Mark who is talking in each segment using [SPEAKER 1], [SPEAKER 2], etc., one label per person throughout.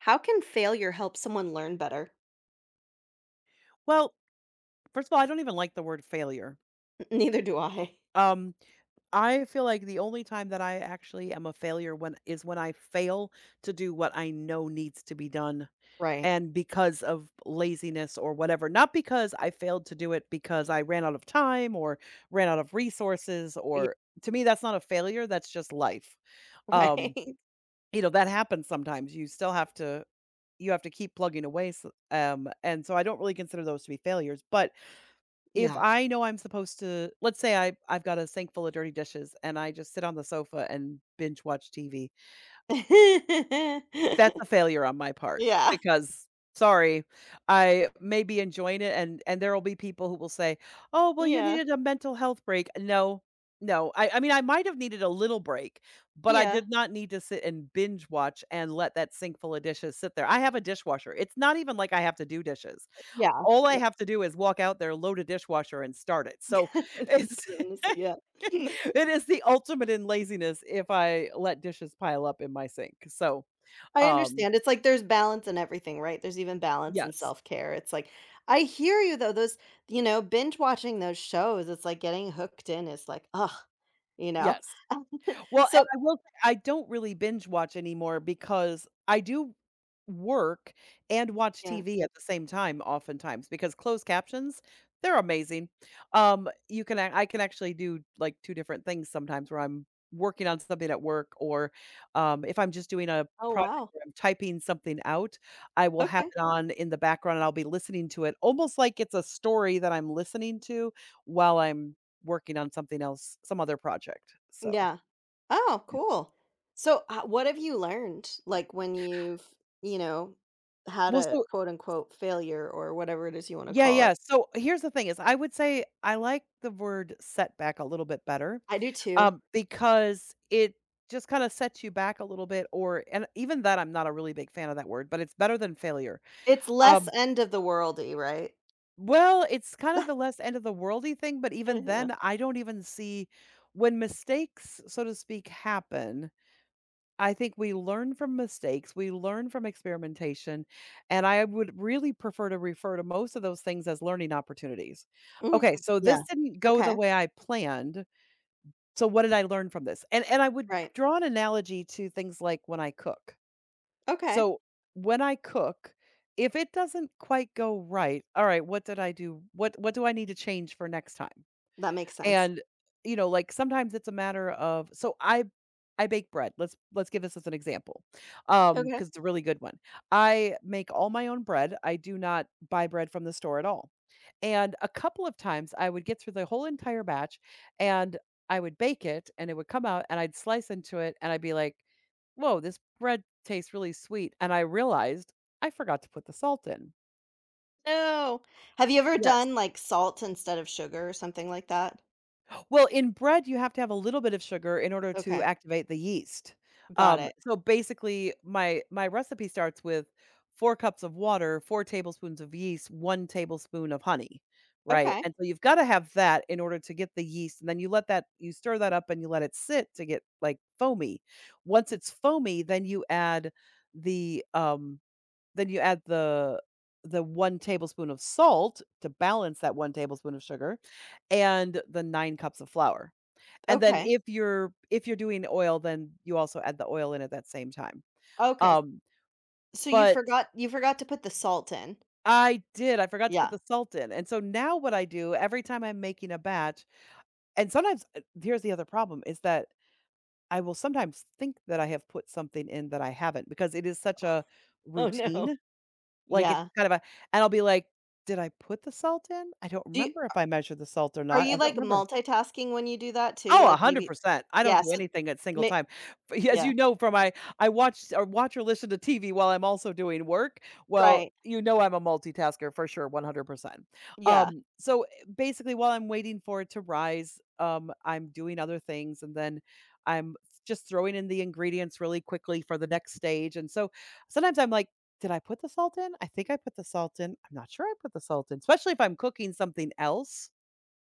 [SPEAKER 1] How can failure help someone learn better?
[SPEAKER 2] Well, first of all, I don't even like the word failure.
[SPEAKER 1] Neither do I.
[SPEAKER 2] Um, I feel like the only time that I actually am a failure when is when I fail to do what I know needs to be done
[SPEAKER 1] Right.
[SPEAKER 2] and because of laziness or whatever, not because I failed to do it because I ran out of time or ran out of resources
[SPEAKER 1] Yeah,
[SPEAKER 2] or to me that's not a failure, that's just life. Um,
[SPEAKER 1] right.
[SPEAKER 2] that happens sometimes. You still have to you have to keep plugging away so, and so I don't really consider those to be failures, but if
[SPEAKER 1] Yeah.
[SPEAKER 2] I know I'm supposed to, let's say I've got a sink full of dirty dishes and I just sit on the sofa and binge watch TV, that's a failure on my part
[SPEAKER 1] Yeah,
[SPEAKER 2] because sorry, I may be enjoying it and there will be people who will say, "Oh, well, you
[SPEAKER 1] yeah,
[SPEAKER 2] needed a mental health break." No. No. I mean, I might have needed a little break, but I
[SPEAKER 1] yeah,
[SPEAKER 2] did not need to sit and binge watch and let that sink full of dishes sit there. I have a dishwasher. It's not even like I have to do dishes.
[SPEAKER 1] yeah,
[SPEAKER 2] All I
[SPEAKER 1] yeah.
[SPEAKER 2] have to do is walk out there, load a dishwasher, and start it. So
[SPEAKER 1] Just
[SPEAKER 2] it's
[SPEAKER 1] put it in the yeah.
[SPEAKER 2] it is the ultimate in laziness if I let dishes pile up in my sink. So,
[SPEAKER 1] I
[SPEAKER 2] um,
[SPEAKER 1] understand. It's like there's balance in everything, right? There's even balance in
[SPEAKER 2] yes,
[SPEAKER 1] self care. It's like I hear you though. Those binge watching those shows. It's like getting hooked in. It's like ugh, you know.
[SPEAKER 2] yes. Well, and
[SPEAKER 1] So
[SPEAKER 2] I will say I don't really binge watch anymore because I do work and watch
[SPEAKER 1] yeah.
[SPEAKER 2] TV at the same time oftentimes because closed captions, they're amazing. You can ac I can actually do, like, two different things sometimes where I'm working on something at work, or if I'm just doing a
[SPEAKER 1] Oh,
[SPEAKER 2] project
[SPEAKER 1] wow.
[SPEAKER 2] where I'm typing something out, I will have
[SPEAKER 1] Okay.
[SPEAKER 2] it on in the background and I'll be listening to it almost like it's a story that I'm listening to while I'm working on something else, some other project. So, yeah.
[SPEAKER 1] Yeah. Oh, cool. So, what have you learned, like, when you've, you know, had
[SPEAKER 2] Well,
[SPEAKER 1] a
[SPEAKER 2] so
[SPEAKER 1] quote unquote failure or whatever it is you want to call it?
[SPEAKER 2] yeah, so here's the thing is I would say I like the word setback a little bit better,
[SPEAKER 1] I do too.
[SPEAKER 2] because it just kinda sets you back a little bit or and even that I'm not a really big fan of that word, but it's better than failure.
[SPEAKER 1] It's less
[SPEAKER 2] Um,
[SPEAKER 1] end of the worldy, right?
[SPEAKER 2] well, it's kind of the less end of the worldy thing, but
[SPEAKER 1] Eh,
[SPEAKER 2] even
[SPEAKER 1] yeah.
[SPEAKER 2] then, I don't even see when mistakes, so to speak, happen. I think we learn from mistakes, we learn from experimentation, and I would really prefer to refer to most of those things as learning opportunities. Okay,
[SPEAKER 1] Mhm.
[SPEAKER 2] so this
[SPEAKER 1] Yeah.
[SPEAKER 2] didn't go the
[SPEAKER 1] Okay.
[SPEAKER 2] way I planned, so what did I learn from this? And I would
[SPEAKER 1] Right.
[SPEAKER 2] draw an analogy to things like when I cook.
[SPEAKER 1] Okay.
[SPEAKER 2] So, when I cook, if it doesn't quite go right, all right, what did I do? What do I need to change for next time?
[SPEAKER 1] That makes sense.
[SPEAKER 2] And, you know, like, sometimes it's a matter of so I bake bread. Let's give this as an example,
[SPEAKER 1] Okay.
[SPEAKER 2] because it's a really good one. I make all my own bread. I do not buy bread from the store at all. And a couple of times, I would get through the whole entire batch, and I would bake it, and it would come out, and I'd slice into it, and I'd be like, "Whoa, this bread tastes really sweet," and I realized I forgot to put the salt in.
[SPEAKER 1] No. Have you ever
[SPEAKER 2] Yes.
[SPEAKER 1] done like salt instead of sugar or something like that?
[SPEAKER 2] Well, in bread, you have to have a little bit of sugar in order to
[SPEAKER 1] Okay.
[SPEAKER 2] activate the yeast.
[SPEAKER 1] Got it.
[SPEAKER 2] So basically, my recipe starts with four cups of water, four tablespoons of yeast, one tablespoon of honey, right?
[SPEAKER 1] Okay.
[SPEAKER 2] And so you've got to have that in order to get the yeast, and then you let that you stir that up and you let it sit to get like foamy. Once
[SPEAKER 1] Y-
[SPEAKER 2] it's foamy, then you add the um then you add the one tablespoon of salt to balance that one tablespoon of sugar and the nine cups of flour. And then
[SPEAKER 1] Okay.
[SPEAKER 2] if you're doing oil, then you also add the oil in at that same time.
[SPEAKER 1] Okay.
[SPEAKER 2] Um,
[SPEAKER 1] So you
[SPEAKER 2] but
[SPEAKER 1] forgot you forgot to put the salt in.
[SPEAKER 2] I did, I forgot to put
[SPEAKER 1] Yeah.
[SPEAKER 2] the salt in, and so now what I do every time I'm making a batch, and sometimes here's the other problem is that I will sometimes think that I have put something in that I haven't because it is such a
[SPEAKER 1] Oh no.
[SPEAKER 2] routine. Like, it's
[SPEAKER 1] Yeah.
[SPEAKER 2] just kind of a and I'll be like, "Did I put the salt in? I don't
[SPEAKER 1] Do you
[SPEAKER 2] remember if I measured the salt or
[SPEAKER 1] Are
[SPEAKER 2] not.
[SPEAKER 1] you,
[SPEAKER 2] I don't
[SPEAKER 1] like,
[SPEAKER 2] remember."
[SPEAKER 1] multitasking when you do that too?
[SPEAKER 2] Oh,
[SPEAKER 1] Like, maybe.
[SPEAKER 2] 100%. I don't
[SPEAKER 1] Yeah,
[SPEAKER 2] do
[SPEAKER 1] so
[SPEAKER 2] anything at single
[SPEAKER 1] ma
[SPEAKER 2] time. But as
[SPEAKER 1] yeah,
[SPEAKER 2] you know from my I watch or listen to TV while I'm also doing work. Well,
[SPEAKER 1] right.
[SPEAKER 2] you know I'm a multitasker for sure, 100%.
[SPEAKER 1] Yeah,
[SPEAKER 2] Um, so, eh, basically, while I'm waiting for it to rise, I'm doing other things, and then I'm just throwing in the ingredients really quickly for the next stage, and so, sometimes I'm like, "Did I put the salt in? I think I put the salt in. I'm not sure I put the salt in," especially if I'm cooking something else.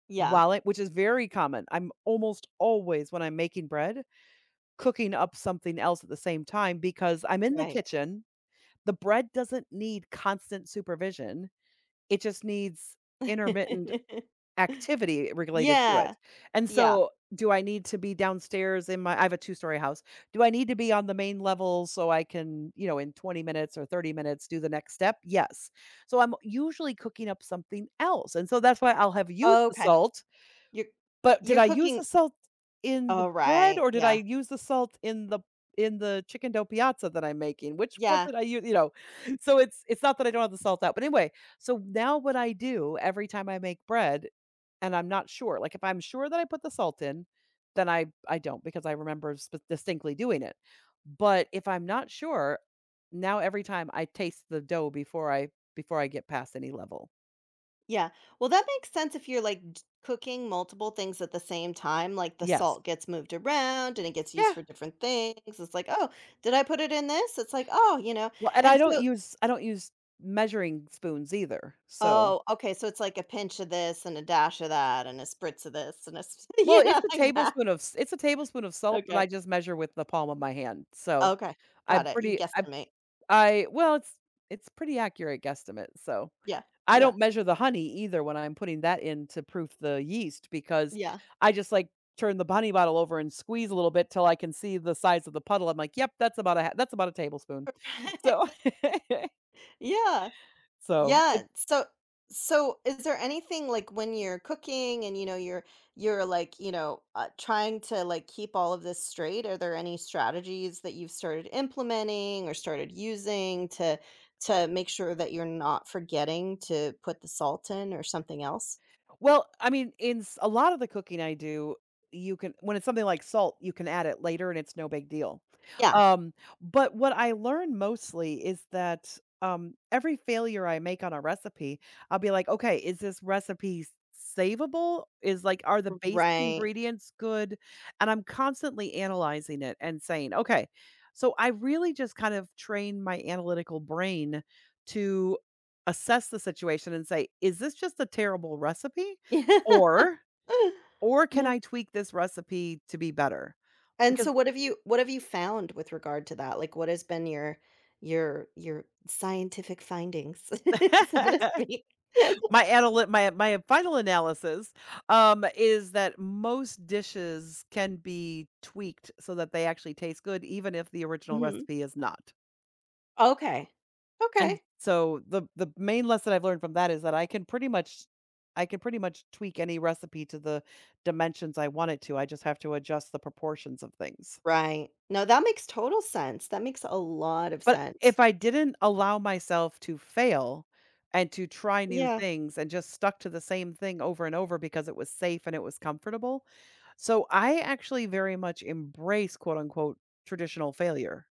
[SPEAKER 1] yeah,
[SPEAKER 2] Wallet, which is very common. I'm almost always, when I'm making bread, cooking up something else at the same time because I'm in the
[SPEAKER 1] right.
[SPEAKER 2] kitchen. The bread doesn't need constant supervision. It just needs intermittent activity related to
[SPEAKER 1] Yeah.
[SPEAKER 2] it. And
[SPEAKER 1] Yeah.
[SPEAKER 2] so, do I need to be downstairs in my I have a two-story house. Do I need to be on the main level so I can, you know, in 20 minutes or 30 minutes do the next step? Yes. So I'm usually cooking up something else. And so that's why I'll have used the
[SPEAKER 1] Okay.
[SPEAKER 2] salt
[SPEAKER 1] You're
[SPEAKER 2] but did
[SPEAKER 1] you're
[SPEAKER 2] I use
[SPEAKER 1] cooking.
[SPEAKER 2] the salt in
[SPEAKER 1] Oh,
[SPEAKER 2] the bread,
[SPEAKER 1] right.
[SPEAKER 2] or did I
[SPEAKER 1] Yeah.
[SPEAKER 2] use the salt in the chicken dough piazza that I'm making? Which was
[SPEAKER 1] Yeah,
[SPEAKER 2] it I u you know? So it's not that I don't have the salt out, but anyway, so now what I do every time I make bread and I'm not sure, like, if I'm sure that I put the salt in, then I don't because I remember sp distinctly doing it. But if I'm not sure, now every time I taste the dough before I get past any level.
[SPEAKER 1] yeah. Well, that makes sense if you're, like, d cooking multiple things at the same time, like, the
[SPEAKER 2] Yes.
[SPEAKER 1] salt gets moved around and it gets used
[SPEAKER 2] Yeah.
[SPEAKER 1] for different things. It's like, "Oh, did I put it in this?" It's like, "Oh," you know?
[SPEAKER 2] Well, and
[SPEAKER 1] And so,
[SPEAKER 2] I don't use measuring spoons either, so
[SPEAKER 1] oh, okay, so it's like a pinch of this and a dash of that and a spritz of this and a s
[SPEAKER 2] well, it's a
[SPEAKER 1] like that.
[SPEAKER 2] tablespoon of s it's a tablespoon of salt, but I
[SPEAKER 1] Okay.
[SPEAKER 2] just measure with the palm of my hand, so
[SPEAKER 1] Okay,
[SPEAKER 2] I'm
[SPEAKER 1] got it, you
[SPEAKER 2] pretty I
[SPEAKER 1] guesstimate.
[SPEAKER 2] I well, it's pretty accurate guesstimate, so
[SPEAKER 1] Yeah,
[SPEAKER 2] I
[SPEAKER 1] yeah,
[SPEAKER 2] don't measure the honey either when I'm putting that in to proof the yeast because
[SPEAKER 1] yeah.
[SPEAKER 2] I just, like, turn the honey bottle over and squeeze a little bit till I can see the size of the puddle. I'm like, "Yep, that's about a ha that's about a tablespoon." So
[SPEAKER 1] Yeah,
[SPEAKER 2] so,
[SPEAKER 1] yeah,
[SPEAKER 2] it
[SPEAKER 1] so is there anything, like, when you're cooking and, you're, like, trying to, like, keep all of this straight, are there any strategies that you've started implementing or started using to make sure that you're not forgetting to put the salt in or something else?
[SPEAKER 2] well, I mean, in s a lot of the cooking I do, you can when it's something like salt, you can add it later and it's no big deal.
[SPEAKER 1] Yeah.
[SPEAKER 2] Um, but what I learn mostly is that, every failure I make on a recipe, I'll be like, "Okay, is this recipe s savable? Is like, are the basic
[SPEAKER 1] Right.
[SPEAKER 2] ingredients good?" And I'm constantly analyzing it and saying, "Okay." So I really just kind of train my analytical brain to assess the situation and say, "Is this just a terrible recipe?
[SPEAKER 1] Yeah.
[SPEAKER 2] Or or can
[SPEAKER 1] Yeah.
[SPEAKER 2] I tweak this recipe to be better?"
[SPEAKER 1] And
[SPEAKER 2] Because
[SPEAKER 1] so what have you found with regard to that? Like, what has been your your scientific findings, so to speak?
[SPEAKER 2] my analy my my final analysis, is that most dishes can be tweaked so that they actually taste good even if the original
[SPEAKER 1] Mhm.
[SPEAKER 2] recipe is not.
[SPEAKER 1] Okay.
[SPEAKER 2] And
[SPEAKER 1] Okay.
[SPEAKER 2] so the main lesson I've learned from that is that I can pretty much tweak any recipe to the dimensions I want it to, I just have to adjust the proportions of things.
[SPEAKER 1] Right. No, that makes total sense. That makes a lot of
[SPEAKER 2] But if
[SPEAKER 1] sense.
[SPEAKER 2] I didn't allow myself to fail and to try new
[SPEAKER 1] Yeah.
[SPEAKER 2] things and just stuck to the same thing over and over because it was safe and it was comfortable. So I actually very much embrace quote unquote traditional failure.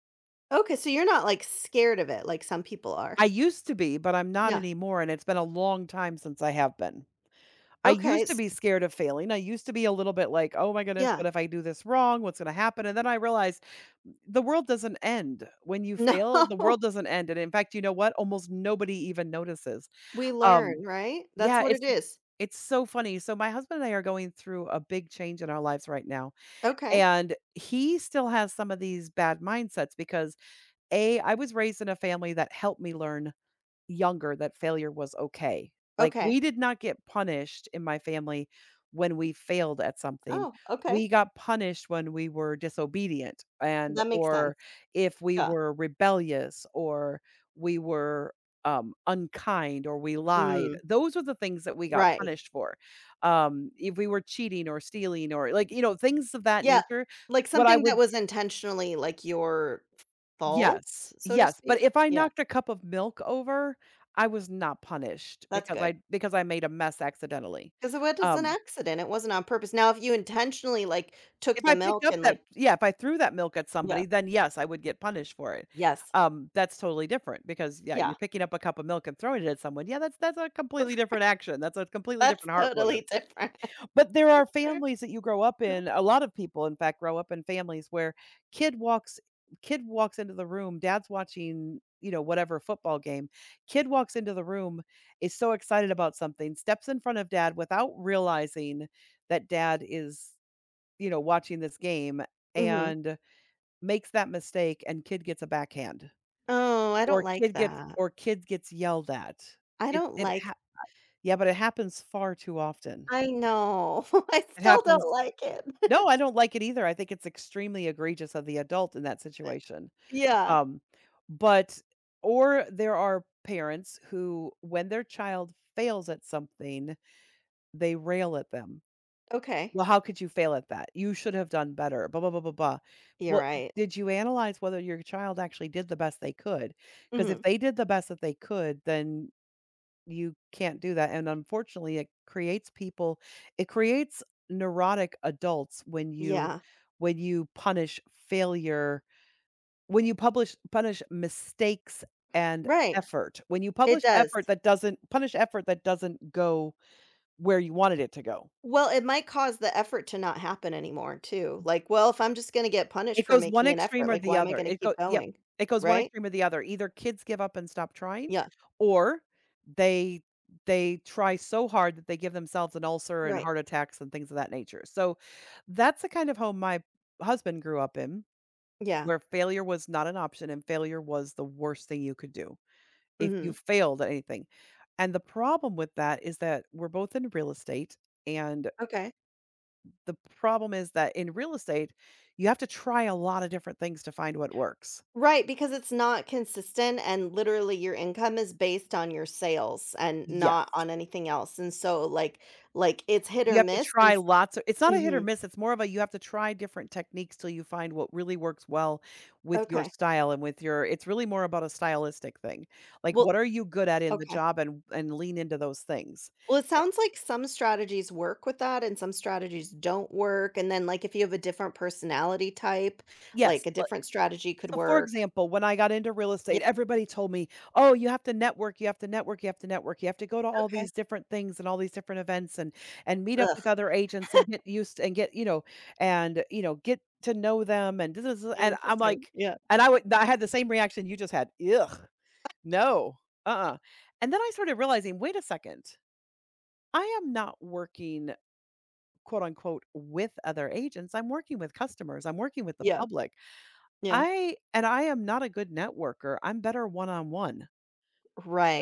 [SPEAKER 1] Okay, so you're not, like, scared of it like some people are.
[SPEAKER 2] I used to be, but I'm not
[SPEAKER 1] Yeah.
[SPEAKER 2] anymore. And it's been a long time since I have been. I
[SPEAKER 1] Okay,
[SPEAKER 2] used to
[SPEAKER 1] s
[SPEAKER 2] be scared of failing. I used to be a little bit like, "Oh my goodness,
[SPEAKER 1] yeah.
[SPEAKER 2] what if I do this wrong? What's gonna happen?" And then I realized, "Mm, the world doesn't end. When you
[SPEAKER 1] No.
[SPEAKER 2] fail, the world doesn't end, and in fact, you know what? Almost nobody even notices.
[SPEAKER 1] We learn,
[SPEAKER 2] Um,
[SPEAKER 1] right? That's
[SPEAKER 2] yeah,
[SPEAKER 1] what it is.
[SPEAKER 2] it's so funny. So my husband and I are going through a big change in our lives right now,
[SPEAKER 1] Okay.
[SPEAKER 2] and he still has some of these bad mindsets because, A, I was raised in a family that helped me learn younger that failure was okay. Like, we
[SPEAKER 1] Okay.
[SPEAKER 2] did not get punished in my family when we failed at something.
[SPEAKER 1] Oh,
[SPEAKER 2] We
[SPEAKER 1] okay.
[SPEAKER 2] got punished when we were disobedient and
[SPEAKER 1] That makes sense.
[SPEAKER 2] or if we
[SPEAKER 1] Yeah.
[SPEAKER 2] were rebellious or we were unkind or we lied.
[SPEAKER 1] Mm,
[SPEAKER 2] Those are the things that we got
[SPEAKER 1] right.
[SPEAKER 2] punished for. If we were cheating or stealing or like, you know, things of that
[SPEAKER 1] Yeah,
[SPEAKER 2] nature.
[SPEAKER 1] like
[SPEAKER 2] What I
[SPEAKER 1] something that
[SPEAKER 2] would
[SPEAKER 1] was intentionally, like, your fault,
[SPEAKER 2] Yes,
[SPEAKER 1] so to
[SPEAKER 2] yes, but
[SPEAKER 1] speak?
[SPEAKER 2] if I
[SPEAKER 1] Yeah,
[SPEAKER 2] knocked a cup of milk over, I was not punished
[SPEAKER 1] that's good
[SPEAKER 2] because I made a mess accidentally.
[SPEAKER 1] because it was an
[SPEAKER 2] Um,
[SPEAKER 1] accident, it wasn't on purpose. Now if you intentionally, like,
[SPEAKER 2] if
[SPEAKER 1] took the
[SPEAKER 2] I picked
[SPEAKER 1] milk
[SPEAKER 2] up
[SPEAKER 1] and,
[SPEAKER 2] that
[SPEAKER 1] like.
[SPEAKER 2] Yeah, if I threw that milk at
[SPEAKER 1] Yeah.
[SPEAKER 2] somebody, then yes, I would get punished for it.
[SPEAKER 1] Yes.
[SPEAKER 2] That's totally different because yeah, you're
[SPEAKER 1] Yeah.
[SPEAKER 2] picking up a cup of milk and throwing it at someone. Yeah, that's a completely different action. That's a completely
[SPEAKER 1] That's
[SPEAKER 2] different heart motive.
[SPEAKER 1] totally different.
[SPEAKER 2] But there are families that you grow up in a lot of people, in fact, grow up in families where kid walks kid walks into the room, dad's watching, you know, whatever football game. Kid walks into the room, is so excited about something, steps in front of dad without realizing that dad is, you know, watching this game
[SPEAKER 1] Mhm.
[SPEAKER 2] and makes that mistake and kid gets a backhand
[SPEAKER 1] Oh, I don't like that.
[SPEAKER 2] or kid gets yelled at.
[SPEAKER 1] I
[SPEAKER 2] It
[SPEAKER 1] don't
[SPEAKER 2] it
[SPEAKER 1] like.
[SPEAKER 2] ha Yeah, but it happens far too often.
[SPEAKER 1] I know. I
[SPEAKER 2] It
[SPEAKER 1] still
[SPEAKER 2] happens
[SPEAKER 1] don't like
[SPEAKER 2] No,
[SPEAKER 1] it.
[SPEAKER 2] I don't like it either. I think it's extremely egregious of the adult in that situation.
[SPEAKER 1] Yeah.
[SPEAKER 2] Um, but Or there are parents who, when their child fails at something, they rail at them.
[SPEAKER 1] Okay.
[SPEAKER 2] Well, how could you fail at that? You should have done better. Blah blah blah blah blah.
[SPEAKER 1] You're
[SPEAKER 2] Well,
[SPEAKER 1] right.
[SPEAKER 2] did you analyze whether your child actually did the best they could? Because if
[SPEAKER 1] Mhm.
[SPEAKER 2] they did the best that they could, then you can't do that, and unfortunately, it creates neurotic adults when you
[SPEAKER 1] Yeah.
[SPEAKER 2] punish failure, when you publish punish mistakes and
[SPEAKER 1] Right.
[SPEAKER 2] effort. When you
[SPEAKER 1] It
[SPEAKER 2] publish
[SPEAKER 1] does.
[SPEAKER 2] effort that doesn't go where you wanted it to go.
[SPEAKER 1] Well, it might cause the effort to not happen anymore too. Like, well, if I'm just gonna get punished
[SPEAKER 2] It
[SPEAKER 1] for
[SPEAKER 2] goes one
[SPEAKER 1] making an
[SPEAKER 2] extreme
[SPEAKER 1] effort,
[SPEAKER 2] or
[SPEAKER 1] like,
[SPEAKER 2] the
[SPEAKER 1] why am I
[SPEAKER 2] other.
[SPEAKER 1] gonna
[SPEAKER 2] It go
[SPEAKER 1] keep
[SPEAKER 2] Yep,
[SPEAKER 1] going?
[SPEAKER 2] it goes one
[SPEAKER 1] Right?
[SPEAKER 2] extreme or the other. Either kids give up and stop trying,
[SPEAKER 1] Yeah.
[SPEAKER 2] or they they try so hard that they give themselves an ulcer and
[SPEAKER 1] Right.
[SPEAKER 2] heart attacks and things of that nature. So, that's the kind of home my husband grew up in,
[SPEAKER 1] Yeah.
[SPEAKER 2] where failure was not an option and failure was the worst thing you could do if you
[SPEAKER 1] Mhm.
[SPEAKER 2] failed at anything. And the problem with that is that we're both in real estate and
[SPEAKER 1] Okay.
[SPEAKER 2] the problem is that in real estate, you have to try a lot of different things to find what works.
[SPEAKER 1] Right, because it's not consistent and literally your income is based on your sales and not
[SPEAKER 2] Yes.
[SPEAKER 1] on anything else. And so, like, it's hit
[SPEAKER 2] You
[SPEAKER 1] or
[SPEAKER 2] have to
[SPEAKER 1] miss and
[SPEAKER 2] try
[SPEAKER 1] s
[SPEAKER 2] lots of It's not a hit or
[SPEAKER 1] Mhm.
[SPEAKER 2] miss, it's more of a you have to try different techniques till you find what really works well with your
[SPEAKER 1] Okay.
[SPEAKER 2] style and with your it's really more about a stylistic thing. Like
[SPEAKER 1] Well,
[SPEAKER 2] what are you good at in the
[SPEAKER 1] okay.
[SPEAKER 2] job and lean into those things.
[SPEAKER 1] Well, it
[SPEAKER 2] Eh,
[SPEAKER 1] sounds like some strategies work with that and some strategies don't work, and then, like, if you have a different personality type, like,
[SPEAKER 2] yes,
[SPEAKER 1] a different strategy could
[SPEAKER 2] so, for
[SPEAKER 1] work.
[SPEAKER 2] example, when I got into real
[SPEAKER 1] Yeah,
[SPEAKER 2] estate, everybody told me, "Oh, you have to network, you have to network, you have to network. You have to go to all
[SPEAKER 1] okay.
[SPEAKER 2] these different things and all these different events and meet up
[SPEAKER 1] Ugh,
[SPEAKER 2] with other agents and get used and get, you know, and you know, get to know them and this is and I'm
[SPEAKER 1] interesting.
[SPEAKER 2] like
[SPEAKER 1] Yeah,
[SPEAKER 2] and I would I had the same reaction you just had. Ugh. No. Uh-uh. And then I started realizing, wait a second. I am not working quote unquote with other agents. I'm working with customers. I'm working with the
[SPEAKER 1] yeah,
[SPEAKER 2] public.
[SPEAKER 1] yeah.
[SPEAKER 2] I am not a good networker, I'm better one-on-one.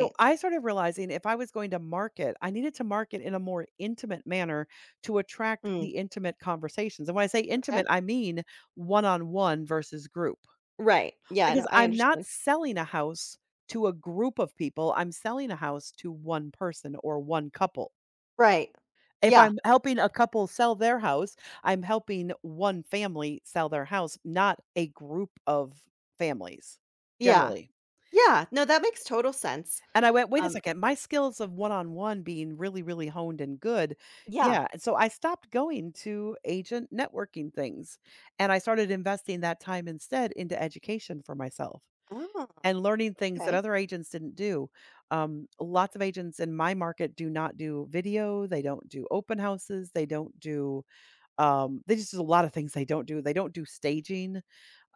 [SPEAKER 2] So, I started realizing if I was going to market, I needed to market in a more intimate manner to attract
[SPEAKER 1] Mm,
[SPEAKER 2] the intimate conversations, and when I say
[SPEAKER 1] okay.
[SPEAKER 2] intimate, I mean one-on-one versus group,
[SPEAKER 1] Right. Yeah, I
[SPEAKER 2] because
[SPEAKER 1] know, I
[SPEAKER 2] I'm not
[SPEAKER 1] understand.
[SPEAKER 2] selling a house to a group of people, I'm selling a house to one person or one couple.
[SPEAKER 1] Right.
[SPEAKER 2] If
[SPEAKER 1] Yeah,
[SPEAKER 2] I'm helping a couple sell their house, I'm helping one family sell their house, not a group of families,
[SPEAKER 1] yeah,
[SPEAKER 2] generally.
[SPEAKER 1] yeah. No, that makes total sense.
[SPEAKER 2] And I went, "Wait a
[SPEAKER 1] Um,
[SPEAKER 2] second, my skills of one-on-one being really, really honed and good,"
[SPEAKER 1] yeah.
[SPEAKER 2] yeah, and so I stopped going to agent networking things, and I started investing that time instead into education for myself
[SPEAKER 1] Oh,
[SPEAKER 2] and learning things that
[SPEAKER 1] okay.
[SPEAKER 2] other agents didn't do. Lots of agents in my market do not do video, they don't do open houses, they don't do, they just do a lot of things they don't do. They don't do staging.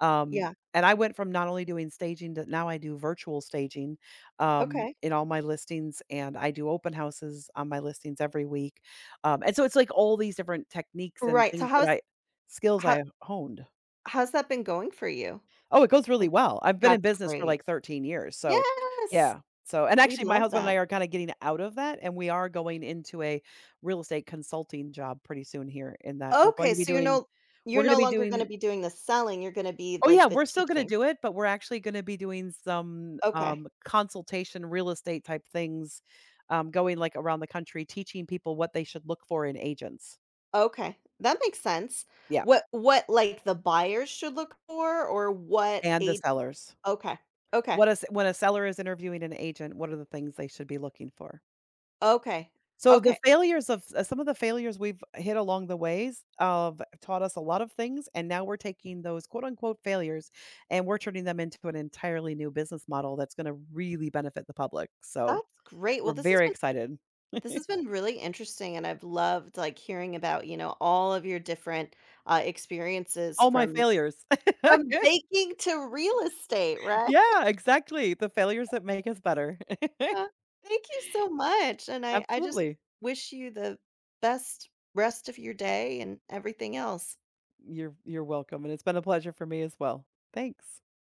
[SPEAKER 2] Um,
[SPEAKER 1] Yeah,
[SPEAKER 2] and I went from not only doing staging to now I do virtual staging
[SPEAKER 1] okay.
[SPEAKER 2] in all my listings, and I do open houses on my listings every week. And so it's like all these different techniques and
[SPEAKER 1] Right, so
[SPEAKER 2] things that I skills
[SPEAKER 1] how
[SPEAKER 2] I honed.
[SPEAKER 1] how's that been going for you?
[SPEAKER 2] Oh, it goes really
[SPEAKER 1] Like,
[SPEAKER 2] well. I've been in
[SPEAKER 1] that's
[SPEAKER 2] business for
[SPEAKER 1] great.
[SPEAKER 2] like 13 years. So,
[SPEAKER 1] Yes!
[SPEAKER 2] yeah. So, and
[SPEAKER 1] We
[SPEAKER 2] actually, my
[SPEAKER 1] love
[SPEAKER 2] husband and
[SPEAKER 1] that.
[SPEAKER 2] I are kind of getting out of that, and we are going into a real estate consulting job pretty soon here. In that,
[SPEAKER 1] Okay, so you're
[SPEAKER 2] we're going to
[SPEAKER 1] no
[SPEAKER 2] be
[SPEAKER 1] longer gonna
[SPEAKER 2] doing
[SPEAKER 1] be doing the selling, you're gonna be,
[SPEAKER 2] oh, yeah,
[SPEAKER 1] like, the
[SPEAKER 2] we're still gonna
[SPEAKER 1] teaching.
[SPEAKER 2] do it, but we're actually gonna be doing some,
[SPEAKER 1] Okay,
[SPEAKER 2] consultation real estate type things, going, like, around the country, teaching people what they should look for in agents.
[SPEAKER 1] okay, that makes sense.
[SPEAKER 2] Yeah,
[SPEAKER 1] What, like, the buyers should look for or what
[SPEAKER 2] and the
[SPEAKER 1] age.
[SPEAKER 2] sellers.
[SPEAKER 1] Okay, okay,
[SPEAKER 2] What is when a seller is interviewing an agent, what are the things they should be looking for?
[SPEAKER 1] okay,
[SPEAKER 2] So, the
[SPEAKER 1] okay.
[SPEAKER 2] failures of some of the failures we've hit along the ways of taught us a lot of things, and now we're taking those quote, unquote, "failures" and we're turning them into an entirely new business model that's gonna really benefit the public, so
[SPEAKER 1] That's great. Well,
[SPEAKER 2] we're
[SPEAKER 1] this has
[SPEAKER 2] very
[SPEAKER 1] been
[SPEAKER 2] excited.
[SPEAKER 1] this has been really interesting, and I've loved, like, hearing about, all of your different, experiences
[SPEAKER 2] All my
[SPEAKER 1] from
[SPEAKER 2] failures.
[SPEAKER 1] from baking to real estate, right?
[SPEAKER 2] Yeah, exactly. The failures that make us better.
[SPEAKER 1] Uh, thank you so much, and I just
[SPEAKER 2] Absolutely.
[SPEAKER 1] wish you the best rest of your day and everything else.
[SPEAKER 2] You're welcome, and it's been a pleasure for me as well. Thanks.